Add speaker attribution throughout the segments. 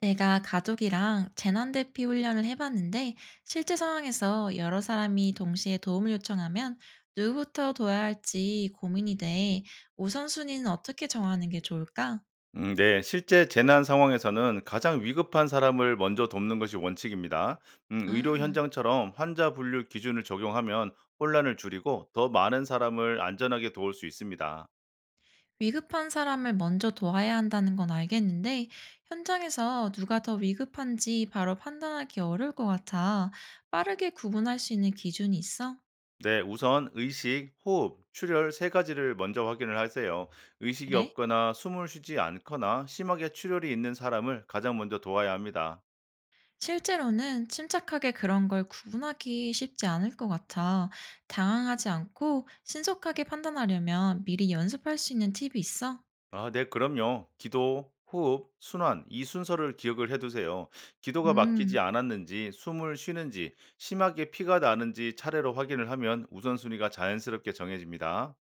Speaker 1: 내가 가족이랑 재난대피 훈련을 해봤는데 실제 상황에서 여러 사람이 동시에 도움을 요청하면 누구부터 도와야 할지 고민이 돼. 우선순위는 어떻게 정하는 게 좋을까?
Speaker 2: 네. 실제 재난 상황에서는 가장 위급한 사람을 먼저 돕는 것이 원칙입니다. 의료
Speaker 1: 아,
Speaker 2: 현장처럼 환자 분류 기준을 적용하면 혼란을 줄이고 더 많은 사람을 안전하게 도울 수 있습니다.
Speaker 1: 위급한 사람을 먼저 도와야 한다는 건 알겠는데 현장에서 누가 더 위급한지 바로 판단하기 어려울 것 같아. 빠르게 구분할 수 있는 기준이 있어?
Speaker 2: 네, 우선 의식, 호흡, 출혈 세 가지를 먼저 확인을 하세요. 의식이
Speaker 1: 그래?
Speaker 2: 없거나 숨을 쉬지 않거나 심하게 출혈이 있는 사람을 가장 먼저 도와야 합니다.
Speaker 1: 실제로는 침착하게 그런 걸 구분하기 쉽지 않을 것 같아. 당황하지 않고 신속하게 판단하려면 미리 연습할 수 있는 팁이 있어?
Speaker 2: 네, 그럼요. 기도, 호흡, 순환, 이 순서를 기억을 해두세요. 기도가 막히지
Speaker 1: 음,
Speaker 2: 않았는지, 숨을 쉬는지, 심하게 피가 나는지 차례로 확인을 하면 우선순위가 자연스럽게 정해집니다.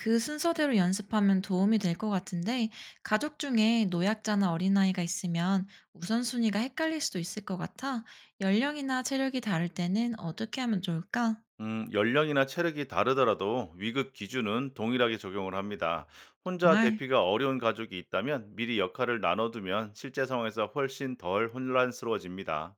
Speaker 1: 그 순서대로 연습하면 도움이 될 것 같은데, 가족 중에 노약자나 어린아이가 있으면 우선순위가 헷갈릴 수도 있을 것 같아. 연령이나 체력이 다를 때는 어떻게 하면 좋을까?
Speaker 2: 연령이나 체력이 다르더라도 위급 기준은 동일하게 적용을 합니다. 혼자
Speaker 1: 정말
Speaker 2: 대피가 어려운 가족이 있다면 미리 역할을 나눠두면 실제 상황에서 훨씬 덜 혼란스러워집니다.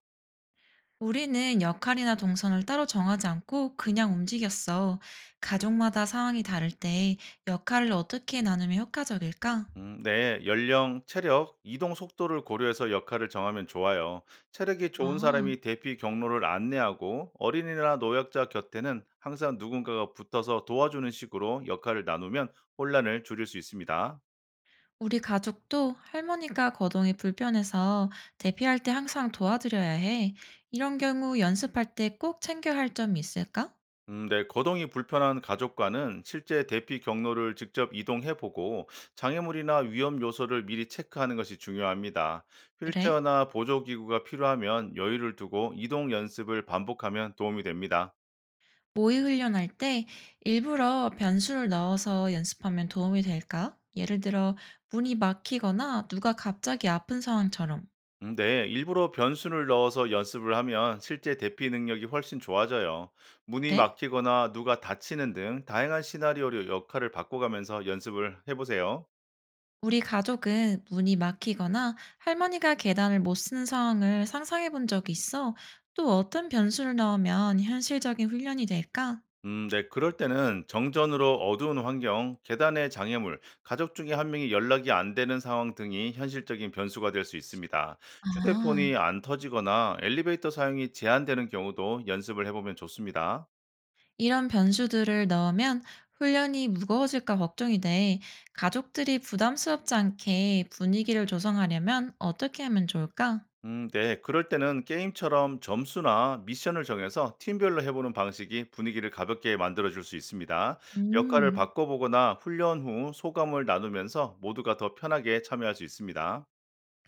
Speaker 1: 우리는 역할이나 동선을 따로 정하지 않고 그냥 움직였어. 가족마다 상황이 다를 때 역할을 어떻게 나누면 효과적일까?
Speaker 2: 네, 연령, 체력, 이동 속도를 고려해서 역할을 정하면 좋아요. 체력이 좋은
Speaker 1: 아,
Speaker 2: 사람이 대피 경로를 안내하고 어린이나 노약자 곁에는 항상 누군가가 붙어서 도와주는 식으로 역할을 나누면 혼란을 줄일 수 있습니다.
Speaker 1: 우리 가족도 할머니가 거동이 불편해서 대피할 때 항상 도와드려야 해. 이런 경우 연습할 때 꼭 챙겨야 할 점이 있을까?
Speaker 2: 네, 거동이 불편한 가족과는 실제 대피 경로를 직접 이동해보고 장애물이나 위험 요소를 미리 체크하는 것이 중요합니다.
Speaker 1: 그래?
Speaker 2: 휠체어나 보조기구가 필요하면 여유를 두고 이동 연습을 반복하면 도움이 됩니다.
Speaker 1: 모의 훈련할 때 일부러 변수를 넣어서 연습하면 도움이 될까? 예를 들어, 문이 막히거나 누가 갑자기 아픈 상황처럼.
Speaker 2: 네, 일부러 변수를 넣어서 연습을 하면 실제 대피 능력이 훨씬 좋아져요. 문이
Speaker 1: 그래?
Speaker 2: 막히거나 누가 다치는 등 다양한 시나리오로 역할을 바꿔가면서 연습을 해보세요.
Speaker 1: 우리 가족은 문이 막히거나 할머니가 계단을 못 쓰는 상황을 상상해 본 적이 있어. 또 어떤 변수를 넣으면 현실적인 훈련이 될까?
Speaker 2: 네, 그럴 때는 정전으로 어두운 환경, 계단의 장애물, 가족 중에 한 명이 연락이 안 되는 상황 등이 현실적인 변수가 될 수 있습니다.
Speaker 1: 아,
Speaker 2: 휴대폰이 안 터지거나 엘리베이터 사용이 제한되는 경우도 연습을 해보면 좋습니다.
Speaker 1: 이런 변수들을 넣으면 훈련이 무거워질까 걱정이 돼. 가족들이 부담스럽지 않게 분위기를 조성하려면 어떻게 하면 좋을까?
Speaker 2: 네. 그럴 때는 게임처럼 점수나 미션을 정해서 팀별로 해보는 방식이 분위기를 가볍게 만들어줄 수 있습니다. 역할을
Speaker 1: 음,
Speaker 2: 바꿔보거나 훈련 후 소감을 나누면서 모두가 더 편하게 참여할 수 있습니다.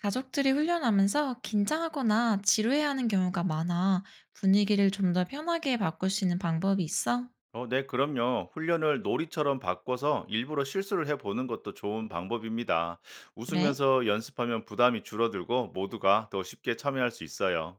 Speaker 1: 가족들이 훈련하면서 긴장하거나 지루해하는 경우가 많아. 분위기를 좀 더 편하게 바꿀 수 있는 방법이 있어?
Speaker 2: 네, 그럼요. 훈련을 놀이처럼 바꿔서 일부러 실수를 해보는 것도 좋은 방법입니다.
Speaker 1: 그래?
Speaker 2: 웃으면서 연습하면 부담이 줄어들고 모두가 더 쉽게 참여할 수 있어요.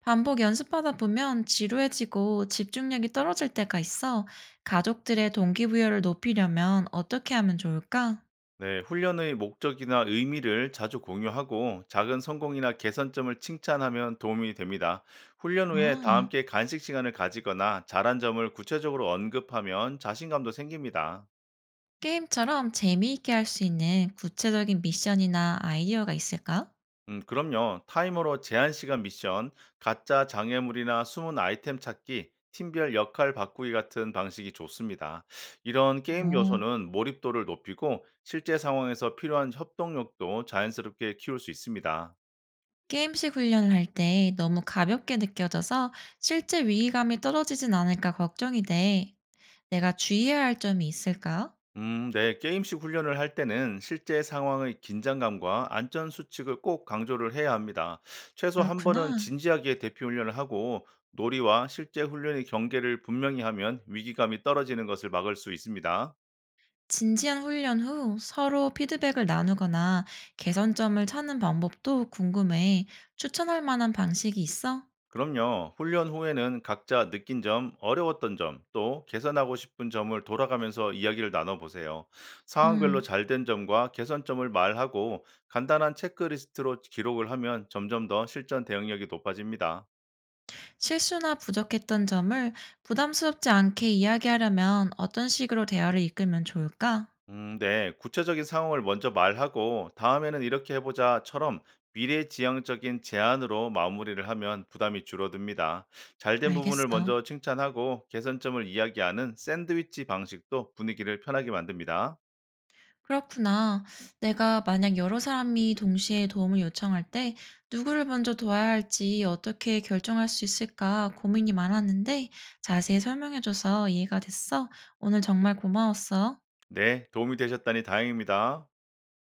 Speaker 1: 반복 연습하다 보면 지루해지고 집중력이 떨어질 때가 있어. 가족들의 동기부여를 높이려면 어떻게 하면 좋을까?
Speaker 2: 네, 훈련의 목적이나 의미를 자주 공유하고 작은 성공이나 개선점을 칭찬하면 도움이 됩니다. 훈련 후에 다
Speaker 1: 아,
Speaker 2: 함께 간식 시간을 가지거나 잘한 점을 구체적으로 언급하면 자신감도 생깁니다.
Speaker 1: 게임처럼 재미있게 할 수 있는 구체적인 미션이나 아이디어가 있을까?
Speaker 2: 그럼요. 타이머로 제한 시간 미션, 가짜 장애물이나 숨은 아이템 찾기, 팀별 역할 바꾸기 같은 방식이 좋습니다. 이런 게임
Speaker 1: 어,
Speaker 2: 요소는 몰입도를 높이고 실제 상황에서 필요한 협동력도 자연스럽게 키울 수 있습니다.
Speaker 1: 게임식 훈련을 할 때 너무 가볍게 느껴져서 실제 위기감이 떨어지진 않을까 걱정이 돼. 내가 주의해야 할 점이 있을까?
Speaker 2: 네. 게임식 훈련을 할 때는 실제 상황의 긴장감과 안전 수칙을 꼭 강조를 해야 합니다. 최소 한 번은
Speaker 1: 그렇구나.
Speaker 2: 진지하게 대피 훈련을 하고 놀이와 실제 훈련의 경계를 분명히 하면 위기감이 떨어지는 것을 막을 수 있습니다.
Speaker 1: 진지한 훈련 후 서로 피드백을 나누거나 개선점을 찾는 방법도 궁금해. 추천할 만한 방식이 있어?
Speaker 2: 그럼요. 훈련 후에는 각자 느낀 점, 어려웠던 점, 또 개선하고 싶은 점을 돌아가면서 이야기를 나눠보세요. 상황별로
Speaker 1: 음,
Speaker 2: 잘 된 점과 개선점을 말하고 간단한 체크리스트로 기록을 하면 점점 더 실전 대응력이 높아집니다.
Speaker 1: 실수나 부족했던 점을 부담스럽지 않게 이야기하려면 어떤 식으로 대화를 이끌면 좋을까?
Speaker 2: 네. 구체적인 상황을 먼저 말하고 다음에는 이렇게 해보자처럼 미래지향적인 제안으로 마무리를 하면 부담이 줄어듭니다. 잘된 부분을
Speaker 1: 알겠어.
Speaker 2: 먼저 칭찬하고 개선점을 이야기하는 샌드위치 방식도 분위기를 편하게 만듭니다.
Speaker 1: 그렇구나. 내가 만약 여러 사람이 동시에 도움을 요청할 때 누구를 먼저 도와야 할지 어떻게 결정할 수 있을까 고민이 많았는데 자세히 설명해줘서 이해가 됐어. 오늘 정말 고마웠어.
Speaker 2: 네, 도움이 되셨다니 다행입니다.